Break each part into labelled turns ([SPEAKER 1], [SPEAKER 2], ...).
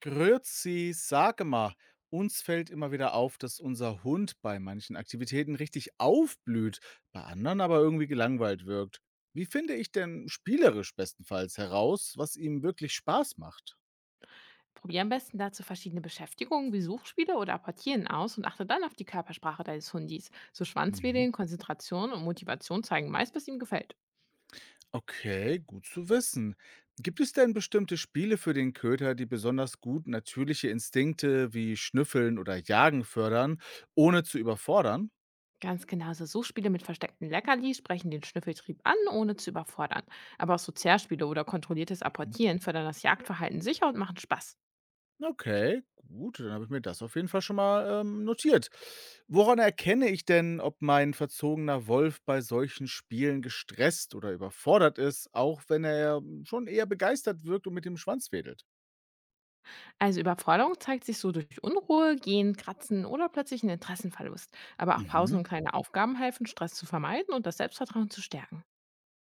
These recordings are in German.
[SPEAKER 1] Grüezi, sage mal, uns fällt immer wieder auf, dass unser Hund bei manchen Aktivitäten richtig aufblüht, bei anderen aber irgendwie gelangweilt wirkt. Wie finde ich denn spielerisch bestenfalls heraus, was ihm wirklich Spaß macht?
[SPEAKER 2] Probier am besten dazu verschiedene Beschäftigungen wie Suchspiele oder Apportieren aus und achte dann auf die Körpersprache deines Hundis. So
[SPEAKER 1] Mhm.
[SPEAKER 2] Schwanzwedeln, Konzentration und Motivation zeigen meist, was ihm gefällt.
[SPEAKER 1] Okay, gut zu wissen. Gibt es denn bestimmte Spiele für den Köter, die besonders gut natürliche Instinkte wie Schnüffeln oder Jagen fördern, ohne zu überfordern?
[SPEAKER 2] Ganz genauso Suchspiele mit versteckten Leckerlis sprechen den Schnüffeltrieb an, ohne zu überfordern. Aber auch Sozialspiele oder kontrolliertes Apportieren fördern das Jagdverhalten sicher und machen Spaß.
[SPEAKER 1] Okay, gut, dann habe ich mir das auf jeden Fall schon mal, notiert. Woran erkenne ich denn, ob mein verzogener Wolf bei solchen Spielen gestresst oder überfordert ist, auch wenn er schon eher begeistert wirkt und mit dem Schwanz wedelt?
[SPEAKER 2] Also Überforderung zeigt sich so durch Unruhe, Gehen, Kratzen oder plötzlichen Interessenverlust. Aber auch Pausen
[SPEAKER 1] Mhm.
[SPEAKER 2] und kleine Aufgaben helfen, Stress zu vermeiden und das Selbstvertrauen zu stärken.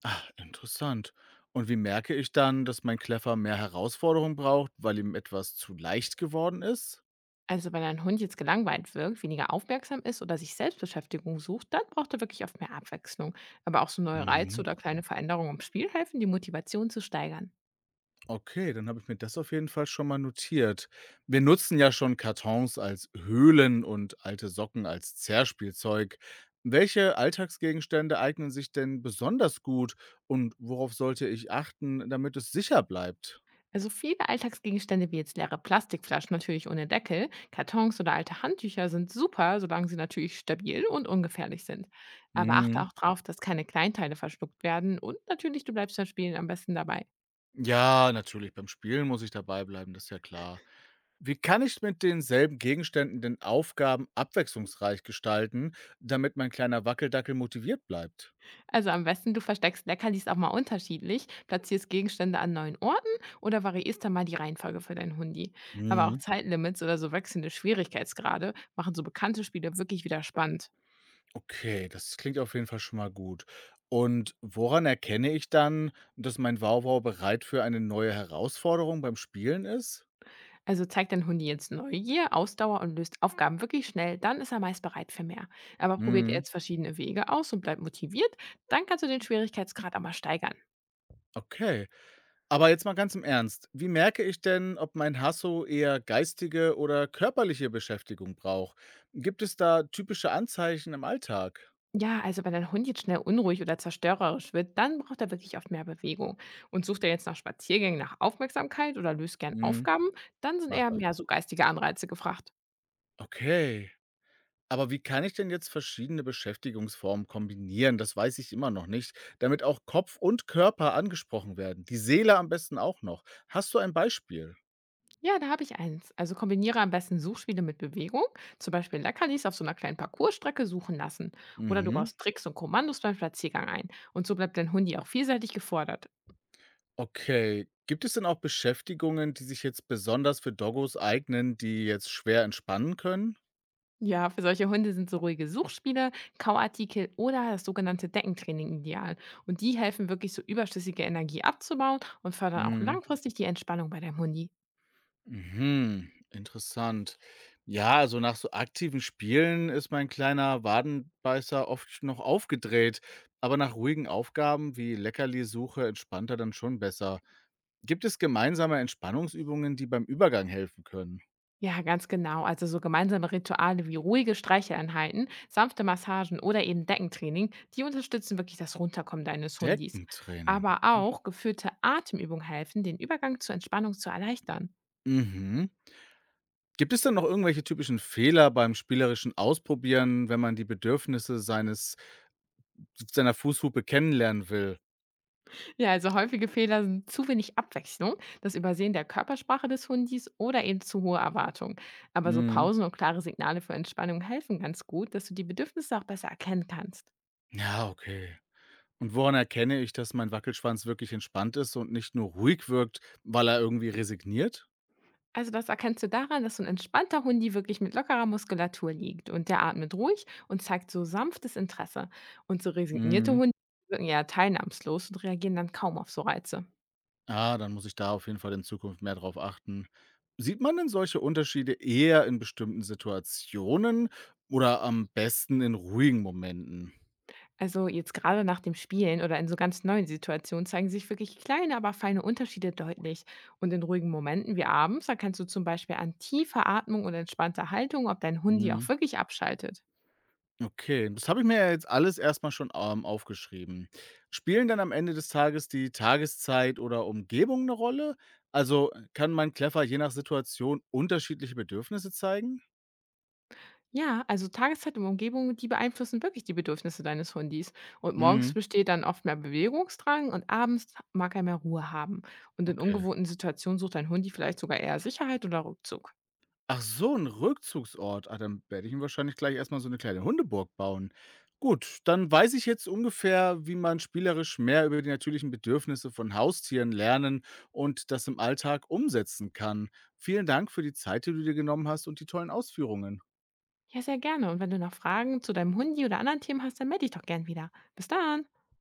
[SPEAKER 1] Ah, interessant. Und wie merke ich dann, dass mein Kleffer mehr Herausforderung braucht, weil ihm etwas zu leicht geworden ist?
[SPEAKER 2] Also wenn ein Hund jetzt gelangweilt wirkt, weniger aufmerksam ist oder sich Selbstbeschäftigung sucht, dann braucht er wirklich oft mehr Abwechslung. Aber auch so neue Reize oder kleine Veränderungen im Spiel helfen, die Motivation zu steigern.
[SPEAKER 1] Okay, dann habe ich mir das auf jeden Fall schon mal notiert. Wir nutzen ja schon Kartons als Höhlen und alte Socken als Zerspielzeug. Welche Alltagsgegenstände eignen sich denn besonders gut und worauf sollte ich achten, damit es sicher bleibt?
[SPEAKER 2] Also viele Alltagsgegenstände wie jetzt leere Plastikflaschen, natürlich ohne Deckel, Kartons oder alte Handtücher sind super, solange sie natürlich stabil und ungefährlich sind. Aber achte
[SPEAKER 1] Mhm.
[SPEAKER 2] auch drauf, dass keine Kleinteile verschluckt werden, und natürlich du bleibst beim Spielen am besten dabei.
[SPEAKER 1] Ja, natürlich. Beim Spielen muss ich dabei bleiben, das ist ja klar. Wie kann ich mit denselben Gegenständen denn Aufgaben abwechslungsreich gestalten, damit mein kleiner Wackeldackel motiviert bleibt?
[SPEAKER 2] Also am besten du versteckst Leckerlis auch mal unterschiedlich, platzierst Gegenstände an neuen Orten oder variierst dann mal die Reihenfolge für dein Hundi. Aber auch Zeitlimits oder so wechselnde Schwierigkeitsgrade machen so bekannte Spiele wirklich wieder spannend.
[SPEAKER 1] Okay, das klingt auf jeden Fall schon mal gut. Und woran erkenne ich dann, dass mein Wauwau bereit für eine neue Herausforderung beim Spielen ist?
[SPEAKER 2] Also zeigt dein Hund jetzt Neugier, Ausdauer und löst Aufgaben wirklich schnell, dann ist er meist bereit für mehr. Aber probiert er
[SPEAKER 1] Mhm.
[SPEAKER 2] jetzt verschiedene Wege aus und bleibt motiviert, dann kannst du den Schwierigkeitsgrad auch steigern.
[SPEAKER 1] Okay. Aber jetzt mal ganz im Ernst. Wie merke ich denn, ob mein Hasso eher geistige oder körperliche Beschäftigung braucht? Gibt es da typische Anzeichen im Alltag?
[SPEAKER 2] Ja, also wenn dein Hund jetzt schnell unruhig oder zerstörerisch wird, dann braucht er wirklich oft mehr Bewegung. Und sucht er jetzt nach Spaziergängen, nach Aufmerksamkeit oder löst gern
[SPEAKER 1] Mhm.
[SPEAKER 2] Aufgaben, dann sind
[SPEAKER 1] Macht
[SPEAKER 2] eher
[SPEAKER 1] er.
[SPEAKER 2] mehr so geistige Anreize gefragt.
[SPEAKER 1] Okay. Aber wie kann ich denn jetzt verschiedene Beschäftigungsformen kombinieren? Das weiß ich immer noch nicht, damit auch Kopf und Körper angesprochen werden, die Seele am besten auch noch. Hast du ein Beispiel?
[SPEAKER 2] Ja, da habe ich eins. Also kombiniere am besten Suchspiele mit Bewegung, zum Beispiel Leckerlis auf so einer kleinen Parcoursstrecke suchen lassen. Oder du
[SPEAKER 1] Mhm.
[SPEAKER 2] baust Tricks und Kommandos beim Spaziergang ein. Und so bleibt dein Hundi auch vielseitig gefordert.
[SPEAKER 1] Okay. Gibt es denn auch Beschäftigungen, die sich jetzt besonders für Doggos eignen, die jetzt schwer entspannen können?
[SPEAKER 2] Ja, für solche Hunde sind so ruhige Suchspiele, Kauartikel oder das sogenannte Deckentraining ideal. Und die helfen wirklich, so überschüssige Energie abzubauen, und fördern auch
[SPEAKER 1] Mhm.
[SPEAKER 2] langfristig die Entspannung bei deinem Hundi.
[SPEAKER 1] Mhm, interessant. Ja, also nach so aktiven Spielen ist mein kleiner Wadenbeißer oft noch aufgedreht, aber nach ruhigen Aufgaben wie Leckerlisuche entspannt er dann schon besser. Gibt es gemeinsame Entspannungsübungen, die beim Übergang helfen können?
[SPEAKER 2] Ja, ganz genau. Also so gemeinsame Rituale wie ruhige Streicheleinheiten, sanfte Massagen oder eben Deckentraining, die unterstützen wirklich das Runterkommen deines Hundis.
[SPEAKER 1] Deckentraining.
[SPEAKER 2] Aber auch geführte Atemübungen helfen, den Übergang zur Entspannung zu erleichtern.
[SPEAKER 1] Mhm. Gibt es dann noch irgendwelche typischen Fehler beim spielerischen Ausprobieren, wenn man die Bedürfnisse seines seiner Fußhupe kennenlernen will?
[SPEAKER 2] Ja, also häufige Fehler sind zu wenig Abwechslung, das Übersehen der Körpersprache des Hundis oder eben zu hohe Erwartungen. Aber so
[SPEAKER 1] Mhm.
[SPEAKER 2] Pausen und klare Signale für Entspannung helfen ganz gut, dass du die Bedürfnisse auch besser erkennen kannst.
[SPEAKER 1] Ja, okay. Und woran erkenne ich, dass mein Wackelschwanz wirklich entspannt ist und nicht nur ruhig wirkt, weil er irgendwie resigniert?
[SPEAKER 2] Also das erkennst du daran, dass so ein entspannter Hundi wirklich mit lockerer Muskulatur liegt, und der atmet ruhig und zeigt so sanftes Interesse. Und so resignierte
[SPEAKER 1] Mhm.
[SPEAKER 2] Hunde wirken eher teilnahmslos und reagieren dann kaum auf so Reize.
[SPEAKER 1] Ah, dann muss ich da auf jeden Fall in Zukunft mehr drauf achten. Sieht man denn solche Unterschiede eher in bestimmten Situationen oder am besten in ruhigen Momenten?
[SPEAKER 2] Also jetzt gerade nach dem Spielen oder in so ganz neuen Situationen zeigen sich wirklich kleine, aber feine Unterschiede deutlich. Und in ruhigen Momenten wie abends erkennst du zum Beispiel an tiefer Atmung und entspannter Haltung, ob dein Hundi auch
[SPEAKER 1] Mhm.
[SPEAKER 2] wirklich abschaltet.
[SPEAKER 1] Okay, das habe ich mir ja jetzt alles erstmal schon aufgeschrieben. Spielen dann am Ende des Tages die Tageszeit oder Umgebung eine Rolle? Also kann mein Kleffer je nach Situation unterschiedliche Bedürfnisse zeigen?
[SPEAKER 2] Ja, also Tageszeit und Umgebung, die beeinflussen wirklich die Bedürfnisse deines Hundis. Und morgens
[SPEAKER 1] Mhm.
[SPEAKER 2] besteht dann oft mehr Bewegungsdrang und abends mag er mehr Ruhe haben. Und in
[SPEAKER 1] Okay.
[SPEAKER 2] ungewohnten Situationen sucht dein Hundi vielleicht sogar eher Sicherheit oder Rückzug.
[SPEAKER 1] Ach so, ein Rückzugsort. Ah, dann werde ich mir wahrscheinlich gleich erst mal so eine kleine Hundeburg bauen. Gut, dann weiß ich jetzt ungefähr, wie man spielerisch mehr über die natürlichen Bedürfnisse von Haustieren lernen und das im Alltag umsetzen kann. Vielen Dank für die Zeit, die du dir genommen hast und die tollen Ausführungen.
[SPEAKER 2] Ja, sehr gerne. Und wenn du noch Fragen zu deinem Hundi oder anderen Themen hast, dann melde dich doch gern wieder. Bis dann!